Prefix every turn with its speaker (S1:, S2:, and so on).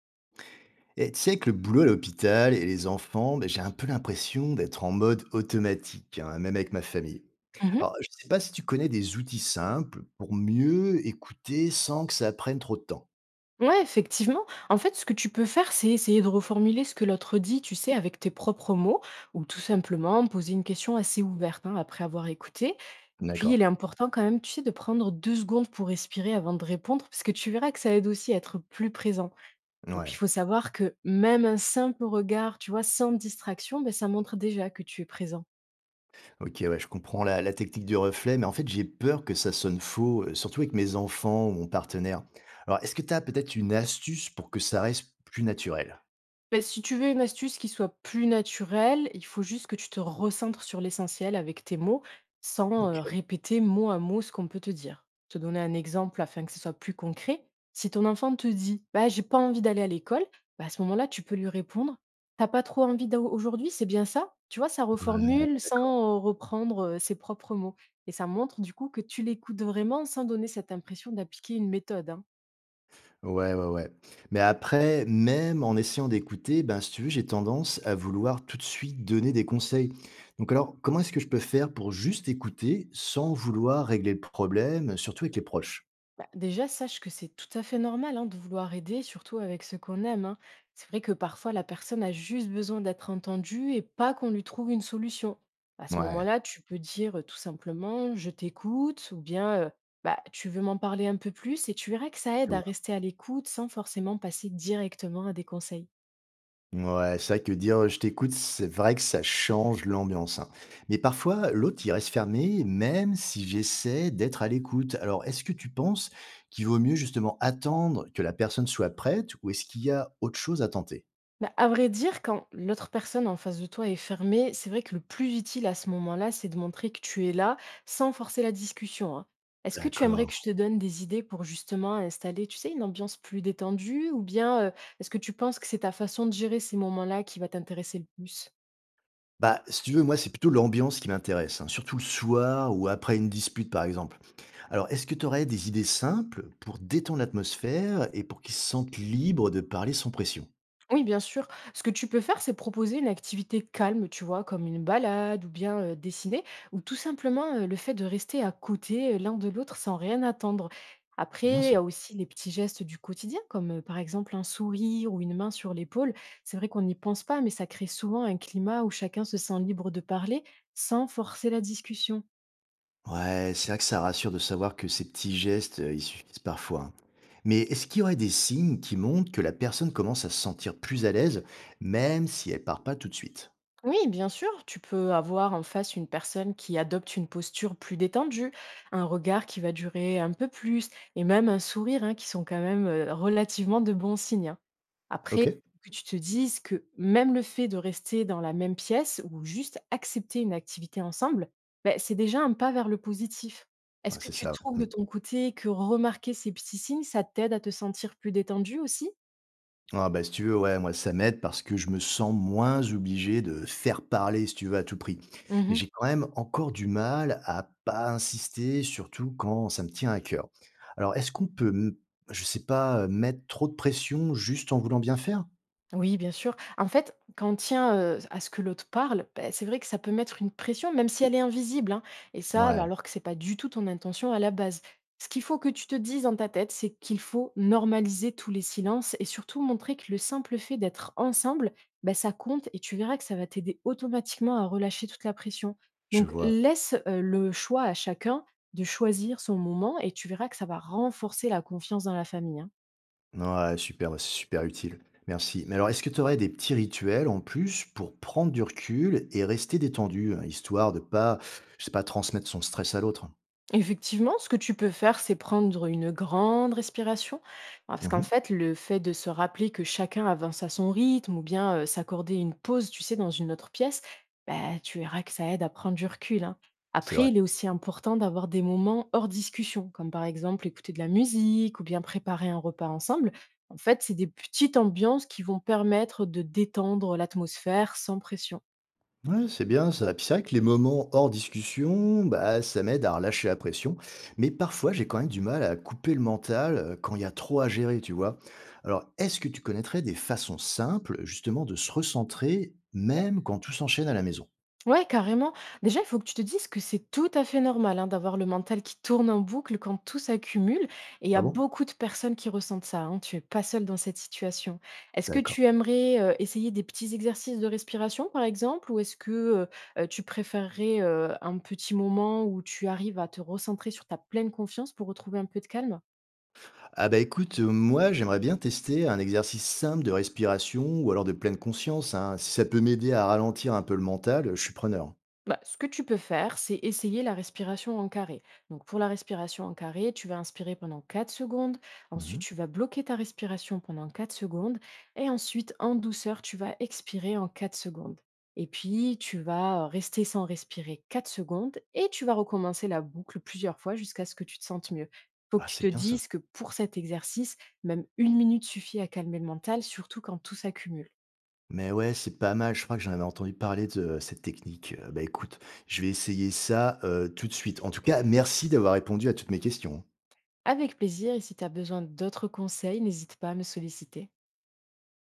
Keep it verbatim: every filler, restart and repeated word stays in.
S1: Et tu sais, avec le boulot à l'hôpital et les enfants, ben, j'ai un peu l'impression d'être en mode automatique, hein, même avec ma famille.
S2: Mmh.
S1: Alors, je ne sais pas si tu connais des outils simples pour mieux écouter sans que ça prenne trop de temps.
S2: Ouais, effectivement. En fait, ce que tu peux faire, c'est essayer de reformuler ce que l'autre dit, tu sais, avec tes propres mots ou tout simplement poser une question assez ouverte, hein, après avoir écouté. Puis,
S1: D'accord.
S2: il est important quand même, tu sais, de prendre deux secondes pour respirer avant de répondre parce que tu verras que ça aide aussi à être plus présent et puis, il
S1: Ouais.
S2: faut savoir que même un simple regard, tu vois, sans distraction, ben, ça montre déjà que tu es présent.
S1: Ok, ouais, je comprends la, la technique du reflet, mais en fait, j'ai peur que ça sonne faux, euh, surtout avec mes enfants ou mon partenaire. Alors, est-ce que tu as peut-être une astuce pour que ça reste plus naturel.
S2: Beh, si tu veux une astuce qui soit plus naturelle, il faut juste que tu te recentres sur l'essentiel avec tes mots, sans
S1: Ok.
S2: euh, répéter mot à mot ce qu'on peut te dire. Te donner un exemple afin que ce soit plus concret. Si ton enfant te dit bah, j'ai pas envie d'aller à l'école, bah, à ce moment-là, tu peux lui répondre: t'as pas trop envie d'au- aujourd'hui, c'est bien ça? Tu vois, ça reformule sans euh, reprendre euh, ses propres mots. Et ça montre du coup que tu l'écoutes vraiment sans donner cette impression d'appliquer une méthode, hein.
S1: Ouais, ouais, ouais. Mais après, même en essayant d'écouter, ben, si tu veux, j'ai tendance à vouloir tout de suite donner des conseils. Donc alors, comment est-ce que je peux faire pour juste écouter sans vouloir régler le problème, surtout avec les proches?
S2: Bah, déjà, sache que c'est tout à fait normal hein, de vouloir aider, surtout avec ce qu'on aime, hein. C'est vrai que parfois, la personne a juste besoin d'être entendue et pas qu'on lui trouve une solution. À ce
S1: Ouais,
S2: moment-là, tu peux dire euh, tout simplement je t'écoute ou bien euh, bah, tu veux m'en parler un peu plus, et tu verras que ça
S1: je
S2: aide à
S1: vois.
S2: rester à l'écoute sans forcément passer directement à des conseils.
S1: Ouais, c'est vrai que dire je t'écoute, c'est vrai que ça change l'ambiance, hein. Mais parfois, l'autre, il reste fermé, même si j'essaie d'être à l'écoute. Alors, est-ce que tu penses qu'il vaut mieux justement attendre que la personne soit prête ou est-ce qu'il y a autre chose à tenter?
S2: Bah, à vrai dire, quand l'autre personne en face de toi est fermée, c'est vrai que le plus utile à ce moment-là, c'est de montrer que tu es là sans forcer la discussion, hein. Est-ce que tu aimerais
S1: D'accord.
S2: que je te donne des idées pour justement installer, tu sais, une ambiance plus détendue, ou bien euh, est-ce que tu penses que c'est ta façon de gérer ces moments-là qui va t'intéresser le plus?
S1: Bah, si tu veux, moi, c'est plutôt l'ambiance qui m'intéresse, hein, surtout le soir ou après une dispute, par exemple. Alors, est-ce que tu aurais des idées simples pour détendre l'atmosphère et pour qu'ils se sentent libres de parler sans pression?
S2: Oui, bien sûr. Ce que tu peux faire, c'est proposer une activité calme, tu vois, comme une balade ou bien euh, dessiner, ou tout simplement euh, le fait de rester à côté euh, l'un de l'autre sans rien attendre.
S1: C'est bien
S2: Après, il y
S1: ça.
S2: a aussi les petits gestes du quotidien, comme euh, par exemple un sourire ou une main sur l'épaule. C'est vrai qu'on n'y pense pas, mais ça crée souvent un climat où chacun se sent libre de parler sans forcer la discussion.
S1: Ouais, c'est vrai que ça rassure de savoir que ces petits gestes, euh, ils suffisent parfois, hein. Mais est-ce qu'il y aurait des signes qui montrent que la personne commence à se sentir plus à l'aise, même si elle part pas tout de suite?
S2: Oui, bien sûr, tu peux avoir en face une personne qui adopte une posture plus détendue, un regard qui va durer un peu plus, et même un sourire, hein, qui sont quand même euh, relativement de bons signes, hein. Après,
S1: Ok.
S2: que tu te dises que même le fait de rester dans la même pièce ou juste accepter une activité ensemble, ben, c'est déjà un pas vers le positif. Est-ce
S1: Ouais,
S2: que
S1: c'est
S2: tu
S1: ça,
S2: trouves
S1: ouais.
S2: de
S1: Mmh.
S2: ton côté que remarquer ces petits signes, ça t'aide à te sentir plus détendu aussi?
S1: Ah bah, si tu veux, ouais, moi ça m'aide parce que je me sens moins obligé de faire parler, si tu veux, à tout prix. Mais
S2: Mhm.
S1: j'ai quand même encore du mal à pas insister, surtout quand ça me tient à cœur. Alors, est-ce qu'on peut, m- je sais pas, euh, mettre trop de pression juste en voulant bien faire?
S2: Oui, bien sûr. En fait, quand on tient euh, à ce que l'autre parle, ben, c'est vrai que ça peut mettre une pression, même si elle est invisible, hein. Et ça, ben,
S1: Ouais,
S2: alors que c'est pas du tout ton intention à la base. Ce qu'il faut que tu te dises dans ta tête, c'est qu'il faut normaliser tous les silences et surtout montrer que le simple fait d'être ensemble, ben, ça compte, et tu verras que ça va t'aider automatiquement à relâcher toute la pression.
S1: je
S2: Donc,
S1: vois.
S2: laisse euh, le choix à chacun de choisir son moment, et tu verras que ça va renforcer la confiance dans la famille, hein.
S1: Ouais, super, ouais, c'est super utile. Merci. Mais alors, est-ce que tu aurais des petits rituels en plus pour prendre du recul et rester détendu, hein, histoire de pas, je sais pas, transmettre son stress à l'autre?
S2: Effectivement, ce que tu peux faire, c'est prendre une grande respiration, hein. Parce qu'en
S1: Mhm,
S2: fait, le fait de se rappeler que chacun avance à son rythme ou bien euh, s'accorder une pause, tu sais, dans une autre pièce, bah, tu verras que ça aide à prendre du recul, hein.
S1: c'est
S2: Après,
S1: vrai.
S2: il est aussi important d'avoir des moments hors discussion, comme par exemple écouter de la musique ou bien préparer un repas ensemble. En fait, c'est des petites ambiances qui vont permettre de détendre l'atmosphère sans pression.
S1: Ouais, c'est bien ça. Puis c'est vrai que les moments hors discussion, bah, ça m'aide à relâcher la pression. Mais parfois, j'ai quand même du mal à couper le mental euh, quand il y a trop à gérer, tu vois. Alors, est-ce que tu connaîtrais des façons simples, justement, de se recentrer, même quand tout s'enchaîne à la maison?
S2: Ouais, carrément. Déjà, il faut que tu te dises que c'est tout à fait normal hein, d'avoir le mental qui tourne en boucle quand tout s'accumule. Et il y
S1: Ah
S2: a
S1: bon?
S2: beaucoup de personnes qui ressentent ça, hein. Tu es pas seul dans cette situation. Est-ce que
S1: D'accord.
S2: tu aimerais euh, essayer des petits exercices de respiration, par exemple, ou est-ce que euh, euh, tu préférerais euh, un petit moment où tu arrives à te recentrer sur ta pleine confiance pour retrouver un peu de calme?
S1: Ah bah écoute, euh, moi, j'aimerais bien tester un exercice simple de respiration ou alors de pleine conscience, hein. Si ça peut m'aider à ralentir un peu le mental, euh, je suis preneur.
S2: Bah, ce que tu peux faire, c'est essayer la respiration en carré. Donc pour la respiration en carré, tu vas inspirer pendant quatre secondes,
S1: Mhm.
S2: ensuite tu vas bloquer ta respiration pendant quatre secondes, et ensuite en douceur, tu vas expirer en quatre secondes. Et puis tu vas euh, rester sans respirer quatre secondes, et tu vas recommencer la boucle plusieurs fois jusqu'à ce que tu te sentes mieux. Faut
S1: Ah,
S2: que tu
S1: c'est
S2: te
S1: bien ça.
S2: dises que pour cet exercice, même une minute suffit à calmer le mental, surtout quand tout s'accumule.
S1: Mais ouais, c'est pas mal. Je crois que j'en avais entendu parler de euh, cette technique. Heu, bah, écoute, je vais essayer ça, heu, tout de suite. En tout cas, merci d'avoir répondu à toutes mes questions.
S2: Avec plaisir, et si tu as besoin d'autres conseils, n'hésite pas à me solliciter.